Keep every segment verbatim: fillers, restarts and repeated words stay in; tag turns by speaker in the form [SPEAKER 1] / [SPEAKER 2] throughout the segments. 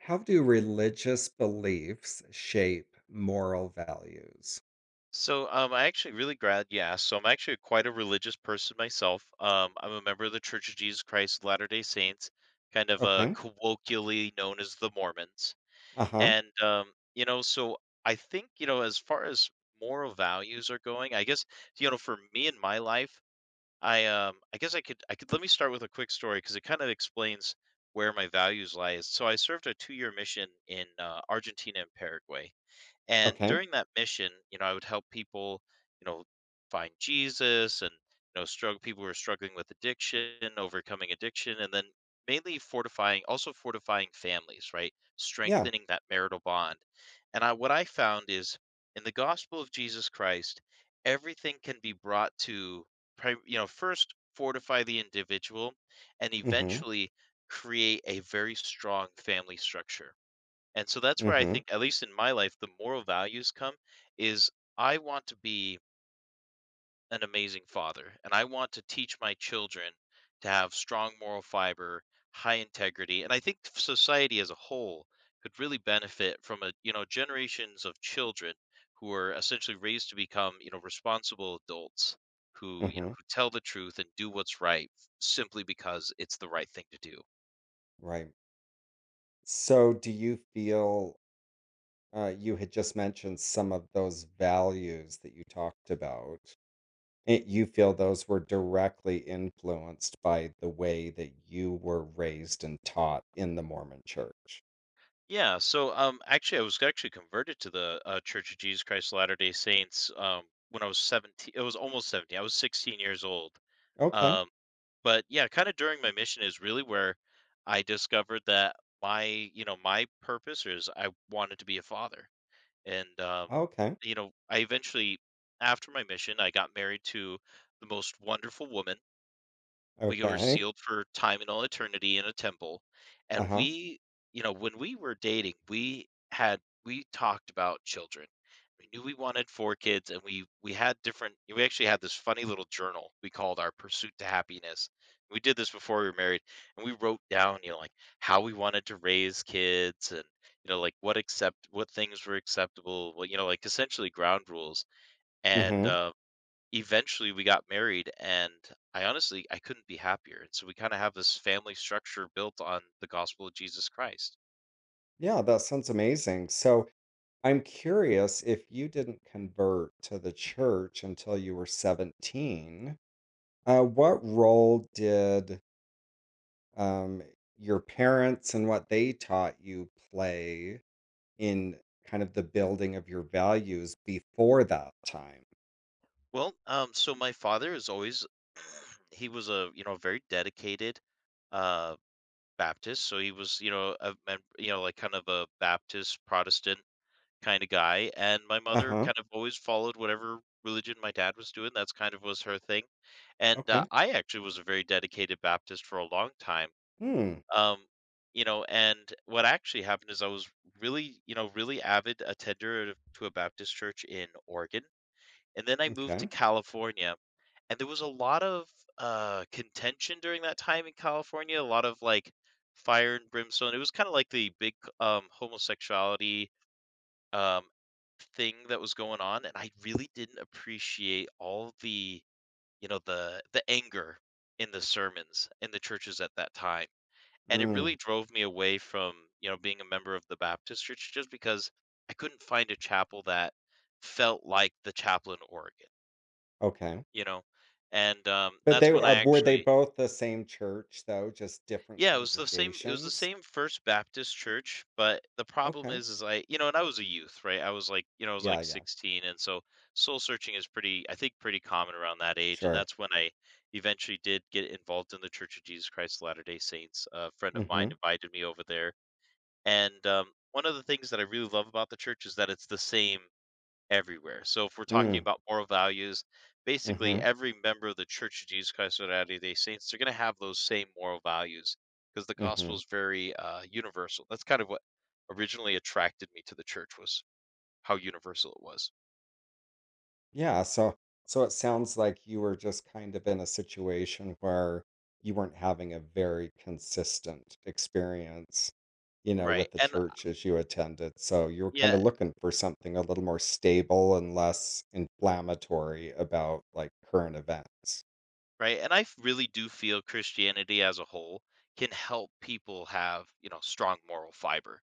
[SPEAKER 1] How do religious beliefs shape moral values?
[SPEAKER 2] So, um, I actually really glad you asked. So, I'm actually quite a religious person myself. Um, I'm a member of the Church of Jesus Christ of Latter-day Saints, kind of uh,
[SPEAKER 1] Okay.
[SPEAKER 2] colloquially known as the Mormons.
[SPEAKER 1] Uh-huh.
[SPEAKER 2] And um, you know, so I think, you know, as far as moral values are going, I guess, you know, for me in my life, I um, I guess I could I could let me start with a quick story because it kind of explains where my values lie. So, I served a two-year mission in uh, Argentina and Paraguay, and
[SPEAKER 1] Okay.
[SPEAKER 2] during that mission, you know, I would help people, you know, find Jesus, and you know, struggle people who are struggling with addiction, overcoming addiction, and then mainly fortifying, also fortifying families, right?
[SPEAKER 1] Yeah.
[SPEAKER 2] Strengthening that marital bond. And I, what I found is, in the gospel of Jesus Christ, everything can be brought to, pri- you know, first fortify the individual and
[SPEAKER 1] Mm-hmm.
[SPEAKER 2] eventually create a very strong family structure, and so that's where I
[SPEAKER 1] Mm-hmm.
[SPEAKER 2] think, at least in my life, the moral values come is I want to be an amazing father, and I want to teach my children to have strong moral fiber, high integrity. And I think society as a whole could really benefit from a, you know, generations of children who are essentially raised to become, you know, responsible adults who, you know,
[SPEAKER 1] Mm-hmm.
[SPEAKER 2] who tell the truth and do what's right simply because it's the right thing to do.
[SPEAKER 1] Right. So do you feel uh, you had just mentioned some of those values that you talked about. It, you feel those were directly influenced by the way that you were raised and taught in the Mormon church.
[SPEAKER 2] Yeah, so um, actually, I was actually converted to the uh, Church of Jesus Christ of Latter-day Saints, um, when I was seventeen. It was almost seventeen. I was sixteen years old.
[SPEAKER 1] Okay.
[SPEAKER 2] Um, but yeah, kind of during my mission is really where I discovered that my, you know, my purpose is I wanted to be a father. And, um,
[SPEAKER 1] Okay.
[SPEAKER 2] you know, I eventually, after my mission, I got married to the most wonderful woman. We were
[SPEAKER 1] Okay.
[SPEAKER 2] sealed for time and all eternity in a temple, and
[SPEAKER 1] Uh-huh.
[SPEAKER 2] we you know, when we were dating, we had we talked about children. We knew we wanted four kids, and we we had different we actually had this funny little journal we called our Pursuit to Happiness. We did this before we were married, and we wrote down, you know, like, how we wanted to raise kids and, you know, like, what accept what things were acceptable. Well, you know, like, essentially ground rules. And,
[SPEAKER 1] Mm-hmm.
[SPEAKER 2] um eventually we got married, and I, honestly, I couldn't be happier, and so we kind of have this family structure built on the gospel of Jesus Christ.
[SPEAKER 1] Yeah, that sounds amazing. So I'm curious if you didn't convert to the church until you were seventeen, uh, what role did um, your parents and what they taught you play in kind of the building of your values before that time?
[SPEAKER 2] Well, um so my father is always he was a, you know very dedicated uh Baptist. So he was, you know, a mem- you know like kind of a Baptist Protestant kind of guy. And my
[SPEAKER 1] Uh
[SPEAKER 2] mother
[SPEAKER 1] huh.
[SPEAKER 2] kind of always followed whatever religion my dad was doing. That's kind of was her thing. And uh,
[SPEAKER 1] Okay.
[SPEAKER 2] I actually was a very dedicated Baptist for a long time.
[SPEAKER 1] Hmm.
[SPEAKER 2] Um, you know, and what actually happened is I was really, you know, really avid attender to a Baptist church in Oregon, and then I moved to
[SPEAKER 1] Okay.
[SPEAKER 2] California, and there was a lot of uh contention during that time in California, a lot of like fire and brimstone. It was kind of like the big um homosexuality um thing that was going on, and I really didn't appreciate all the, you know, the the anger in the sermons in the churches at that time, and it
[SPEAKER 1] Hmm.
[SPEAKER 2] really drove me away from, you know, being a member of the Baptist church, just because I couldn't find a chapel that felt like the chapel in Oregon,
[SPEAKER 1] Okay.
[SPEAKER 2] you know? And um,
[SPEAKER 1] But they
[SPEAKER 2] that's when I
[SPEAKER 1] were were they
[SPEAKER 2] actually.
[SPEAKER 1] both the same church though, just different
[SPEAKER 2] Yeah, it was the same it was the
[SPEAKER 1] congregations?
[SPEAKER 2] same First Baptist church, but the problem
[SPEAKER 1] Okay.
[SPEAKER 2] is is I you know, and I was a youth, right? I was like, you know, I was
[SPEAKER 1] Yeah.
[SPEAKER 2] like
[SPEAKER 1] Yeah.
[SPEAKER 2] sixteen, and so soul searching is pretty, I think, pretty common around that age, and
[SPEAKER 1] Sure.
[SPEAKER 2] that's when I eventually did get involved in the Church of Jesus Christ of Latter-day Saints. A friend of mine
[SPEAKER 1] Mm-hmm.
[SPEAKER 2] invited me over there. And um, one of the things that I really love about the church is that it's the same everywhere. So if we're talking
[SPEAKER 1] Mm.
[SPEAKER 2] about moral values, basically
[SPEAKER 1] Mm-hmm.
[SPEAKER 2] every member of the Church of Jesus Christ of Latter Day Saints, they're going to have those same moral values because the
[SPEAKER 1] Mm-hmm.
[SPEAKER 2] gospel is very uh, universal. That's kind of what originally attracted me to the church was how universal it was.
[SPEAKER 1] Yeah, so so it sounds like you were just kind of in a situation where you weren't having a very consistent experience, you know,
[SPEAKER 2] Right.
[SPEAKER 1] with the
[SPEAKER 2] And
[SPEAKER 1] church as you attended. So you were kind
[SPEAKER 2] yeah,
[SPEAKER 1] of looking for something a little more stable and less inflammatory about like current events.
[SPEAKER 2] right? And I f- really do feel Christianity as a whole can help people have, you know, strong moral fiber,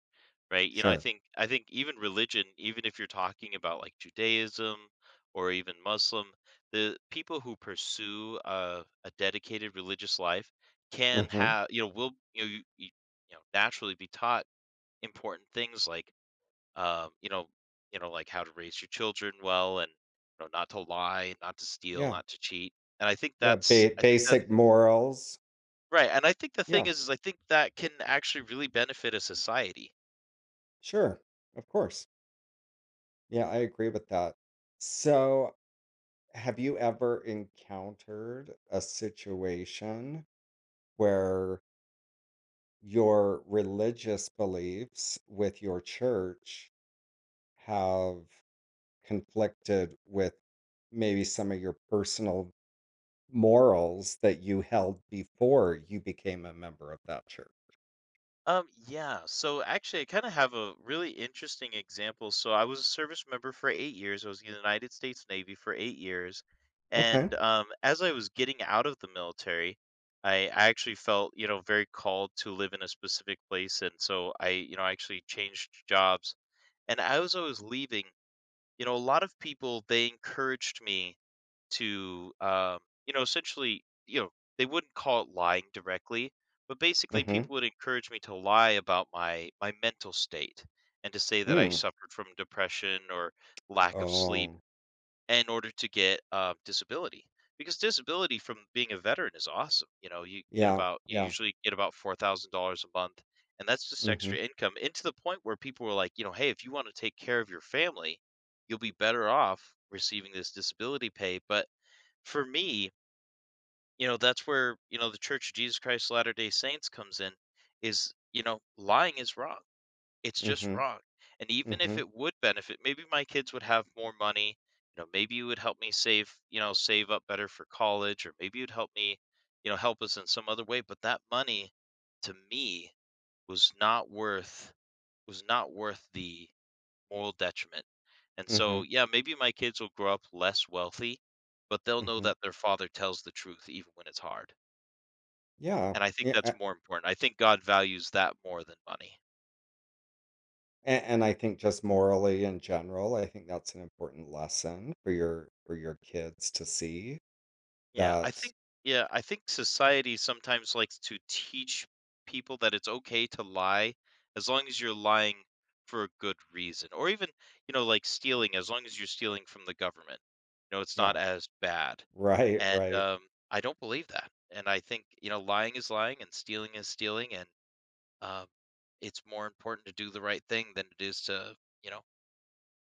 [SPEAKER 2] right? You know, I
[SPEAKER 1] Sure.
[SPEAKER 2] think I think even religion, even if you're talking about like Judaism or even Muslim, the people who pursue a, a dedicated religious life can
[SPEAKER 1] Mm-hmm.
[SPEAKER 2] have, you know, will, you know, you, you you know naturally be taught important things like, um, you know, you know, like how to raise your children well and, you know, not to lie, not to steal,
[SPEAKER 1] Yeah.
[SPEAKER 2] not to cheat. And I think
[SPEAKER 1] Yeah.
[SPEAKER 2] that's
[SPEAKER 1] Ba
[SPEAKER 2] I think that's
[SPEAKER 1] Basic morals.
[SPEAKER 2] right. And I think the thing
[SPEAKER 1] Yeah,
[SPEAKER 2] is, is I think that can actually really benefit a society.
[SPEAKER 1] sure. Of course. Yeah, I agree with that. So have you ever encountered a situation where your religious beliefs with your church have conflicted with maybe some of your personal morals that you held before you became a member of that church?
[SPEAKER 2] Um, yeah. So actually, I kind of have a really interesting example. So I was a service member for eight years. I was in the United States Navy for eight years.
[SPEAKER 1] Okay.
[SPEAKER 2] And um, as I was getting out of the military, I I actually felt, you know, very called to live in a specific place. And so I, you know, actually changed jobs. And as I was leaving, you know, a lot of people, they encouraged me to, um, you know, essentially, you know, they wouldn't call it lying directly, but basically
[SPEAKER 1] Mhm.
[SPEAKER 2] people would encourage me to lie about my my mental state and to say that I
[SPEAKER 1] Mm.
[SPEAKER 2] suffered from depression or lack of sleep
[SPEAKER 1] Oh,
[SPEAKER 2] in order to get um, disability. Because disability from being a veteran is awesome. You know, you get
[SPEAKER 1] yeah.
[SPEAKER 2] about you
[SPEAKER 1] Yeah.
[SPEAKER 2] usually get about four thousand dollars a month, and that's just
[SPEAKER 1] Mhm.
[SPEAKER 2] extra income. And to the point where people were like, you know, hey, if you want to take care of your family, you'll be better off receiving this disability pay. But for me, you know, that's where, you know, the Church of Jesus Christ of Latter-day Saints comes in is, you know, lying is wrong. It's just
[SPEAKER 1] Mhm.
[SPEAKER 2] wrong. And even if
[SPEAKER 1] Mhm.
[SPEAKER 2] it would benefit, maybe my kids would have more money, you know, maybe you would help me save, you know, save up better for college, or maybe you'd help me, you know, help us in some other way, but that money, to me, was not worth, was not worth the moral detriment. And so,
[SPEAKER 1] Mhm.
[SPEAKER 2] yeah, maybe my kids will grow up less wealthy, but they'll know
[SPEAKER 1] Mhm.
[SPEAKER 2] that their father tells the truth even when it's hard.
[SPEAKER 1] Yeah.
[SPEAKER 2] And I think that's
[SPEAKER 1] Yeah.
[SPEAKER 2] more important. I think God values that more than money.
[SPEAKER 1] And, and I think just morally in general, I think that's an important lesson for your for your kids to see
[SPEAKER 2] Yeah, I
[SPEAKER 1] that.
[SPEAKER 2] think yeah, I think society sometimes likes to teach people that it's okay to lie as long as you're lying for a good reason. Or even, you know, like stealing, as long as you're stealing from the government. You know, it's
[SPEAKER 1] Yeah,
[SPEAKER 2] not as bad.
[SPEAKER 1] right,
[SPEAKER 2] And
[SPEAKER 1] right.
[SPEAKER 2] um I don't believe that. And I think, you know, lying is lying and stealing is stealing, and um it's more important to do the right thing than it is to, you know,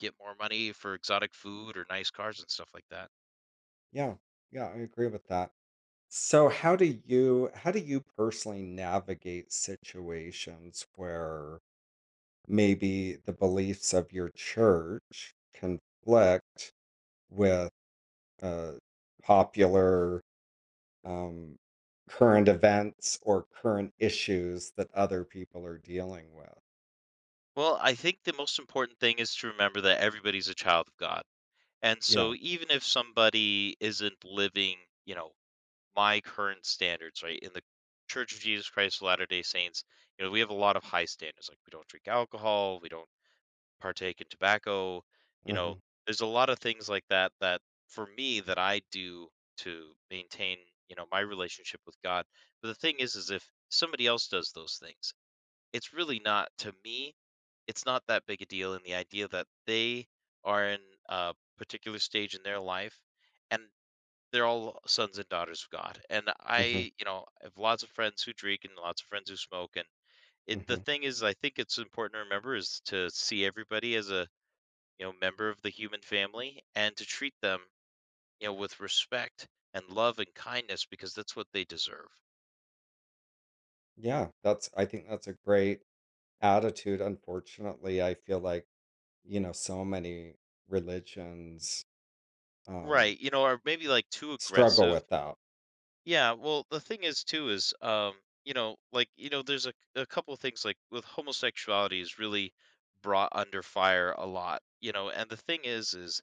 [SPEAKER 2] get more money for exotic food or nice cars and stuff like that.
[SPEAKER 1] Yeah, yeah, I agree with that. So how do you how do you personally navigate situations where maybe the beliefs of your church conflict with uh, popular um, current events or current issues that other people are dealing with?
[SPEAKER 2] Well, I think the most important thing is to remember that everybody's a child of God. And
[SPEAKER 1] Yeah.
[SPEAKER 2] so even if somebody isn't living, you know, my current standards, right? In the Church of Jesus Christ of Latter-day Saints, you know, we have a lot of high standards. Like we don't drink alcohol, we don't partake in tobacco. you know,
[SPEAKER 1] Mhm.
[SPEAKER 2] there's a lot of things like that that for me that I do to maintain, you know, my relationship with God. But the thing is is if somebody else does those things, it's really not. To me, it's not that big a deal in the idea that they are in a particular stage in their life, and they're all sons and daughters of God. And
[SPEAKER 1] Mhm.
[SPEAKER 2] I, you know, have lots of friends who drink and lots of friends who smoke. And it the
[SPEAKER 1] Mhm.
[SPEAKER 2] thing is, I think it's important to remember, is to see everybody as a, you know member of the human family, and to treat them, you know with respect and love and kindness, because that's what they deserve.
[SPEAKER 1] Yeah, that's I think that's a great attitude. Unfortunately, I feel like, you know, so many religions, um,
[SPEAKER 2] Right. You know, or maybe like too
[SPEAKER 1] struggle
[SPEAKER 2] aggressive.
[SPEAKER 1] with that.
[SPEAKER 2] Yeah, well, the thing is too is um, you know, like, you know, there's a a couple of things like with homosexuality is really brought under fire a lot, you know, and the thing is is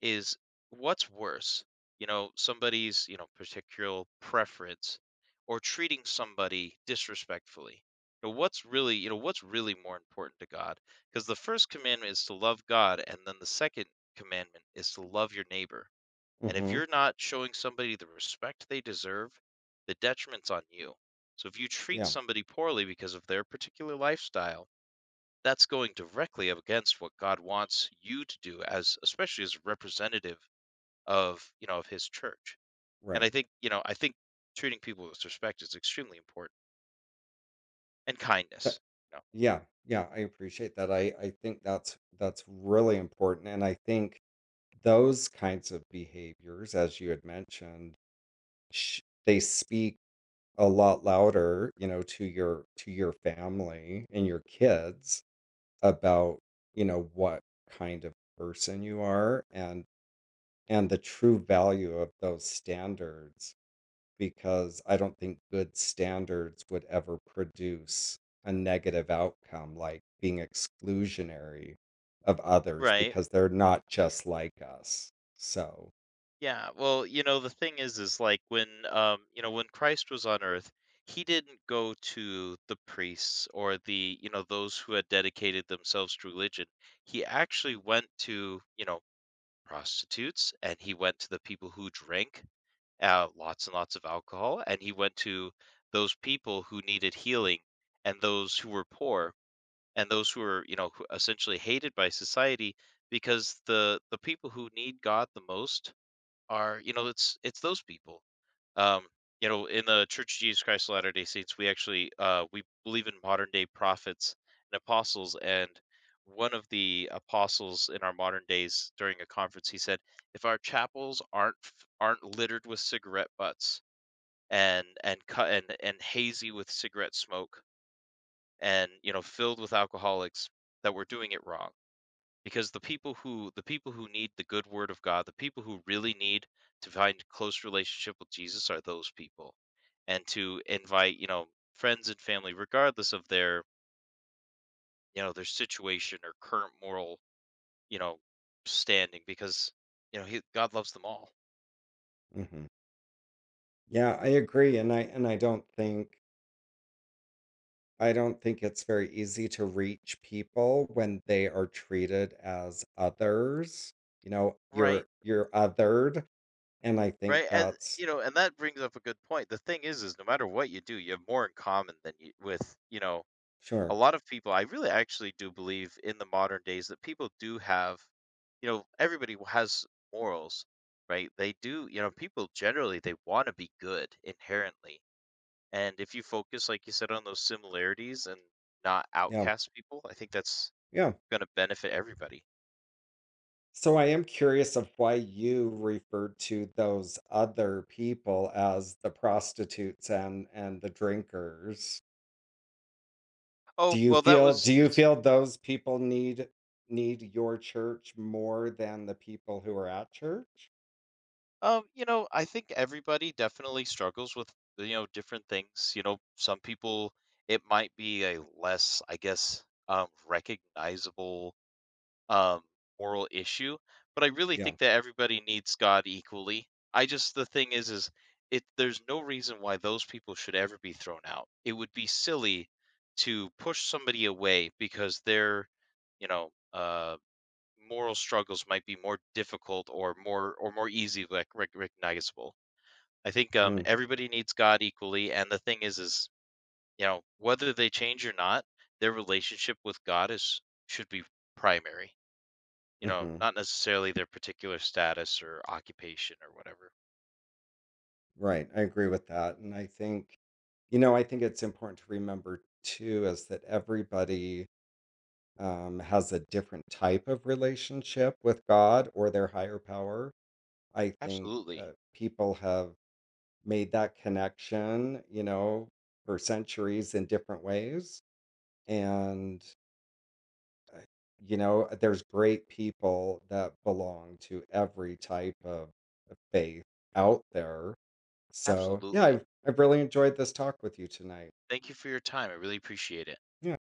[SPEAKER 2] is what's worse? You know, somebody's, you know, particular preference or treating somebody disrespectfully. You know, what's really, you know, what's really more important to God? Because the first commandment is to love God, and then the second commandment is to love your neighbor, and if
[SPEAKER 1] Mhm.
[SPEAKER 2] you're not showing somebody the respect they deserve, the detriment's on you. So if you treat
[SPEAKER 1] Yeah,
[SPEAKER 2] somebody poorly because of their particular lifestyle, that's going directly up against what God wants you to do as, especially as a representative of, you know, of his church. And
[SPEAKER 1] right.
[SPEAKER 2] I think, you know, I think treating people with respect is extremely important, and
[SPEAKER 1] That,
[SPEAKER 2] kindness. You know.
[SPEAKER 1] yeah, yeah, I appreciate that. I, I think that's that's really important. And I think those kinds of behaviors, as you had mentioned, sh- they speak a lot louder, you know, to your to your family and your kids about, you know, what kind of person you are and and the true value of those standards because I don't think good standards would ever produce a negative outcome like being exclusionary of others
[SPEAKER 2] Right.
[SPEAKER 1] because they're not just like us. So,
[SPEAKER 2] Yeah, well, you know, the thing is is like when um, you know, when Christ was on earth, he didn't go to the priests or the, you know, those who had dedicated themselves to religion. He actually went to, you know, prostitutes, and he went to the people who drank uh, lots and lots of alcohol, and he went to those people who needed healing, and those who were poor, and those who were, you know, who essentially hated by society, because the the people who need God the most are, you know, it's it's those people. um you know, in the Church of Jesus Christ of latter day saints, we actually, uh we believe in modern day prophets and apostles, and one of the apostles in our modern days during a conference, he said if our chapels aren't f- aren't littered with cigarette butts and and cut and and hazy with cigarette smoke and, you know, filled with alcoholics, that we're doing it wrong. Because the people who the people who need the good word of God, the people who really need to find close relationship with Jesus are those people. And to invite, you know, friends and family regardless of their, you know, their situation or current moral, you know, standing, because, you know he, God loves them all.
[SPEAKER 1] mhm. Yeah, I agree and I and I don't think I don't think it's very easy to reach people when they are treated as others. You know, you're
[SPEAKER 2] Right,
[SPEAKER 1] you're othered, and I think
[SPEAKER 2] right, and
[SPEAKER 1] that's
[SPEAKER 2] you know, and that brings up a good point. The thing is, is no matter what you do, you have more in common than you, with, you know, a
[SPEAKER 1] sure.
[SPEAKER 2] lot of people. I really actually do believe in the modern days that people do have, you know, everybody has morals, right? They do, you know, people generally they want to be good inherently. And if you focus, like you said, on those similarities and not
[SPEAKER 1] Yeah.
[SPEAKER 2] outcast people, I think that's
[SPEAKER 1] Yeah.
[SPEAKER 2] going to benefit everybody.
[SPEAKER 1] So I am curious of why you referred to those other people as the prostitutes and and the drinkers. Do
[SPEAKER 2] Oh,
[SPEAKER 1] you
[SPEAKER 2] well, that
[SPEAKER 1] feel
[SPEAKER 2] was
[SPEAKER 1] do you
[SPEAKER 2] just,
[SPEAKER 1] feel those people need need your church more than the people who are at church?
[SPEAKER 2] um, you know, I think everybody definitely struggles with, you know, different things. You know, some people, it might be a less, I guess, um, recognizable um, moral issue, but I really
[SPEAKER 1] Yeah.
[SPEAKER 2] think that everybody needs God equally. I just, the thing is, is it there's no reason why those people should ever be thrown out. It would be silly to push somebody away because their, you know, uh, moral struggles might be more difficult or more or more easy, like rec- recognizable. I think um,
[SPEAKER 1] Mm.
[SPEAKER 2] everybody needs God equally, and the thing is, is you know, whether they change or not, their relationship with God is should be primary. You know,
[SPEAKER 1] Mhm.
[SPEAKER 2] not necessarily their particular status or occupation or whatever.
[SPEAKER 1] Right, I agree with that, and I think you know, I think it's important to remember too is that everybody, um, has a different type of relationship with God or their higher power. I think,
[SPEAKER 2] Absolutely.
[SPEAKER 1] uh, people have made that connection, you know, for centuries in different ways, and, uh, you know, there's great people that belong to every type of of faith out there. So yeah,
[SPEAKER 2] Absolutely.
[SPEAKER 1] I've I've really enjoyed this talk with you tonight.
[SPEAKER 2] Thank you for your time. I really appreciate it.
[SPEAKER 1] Yeah.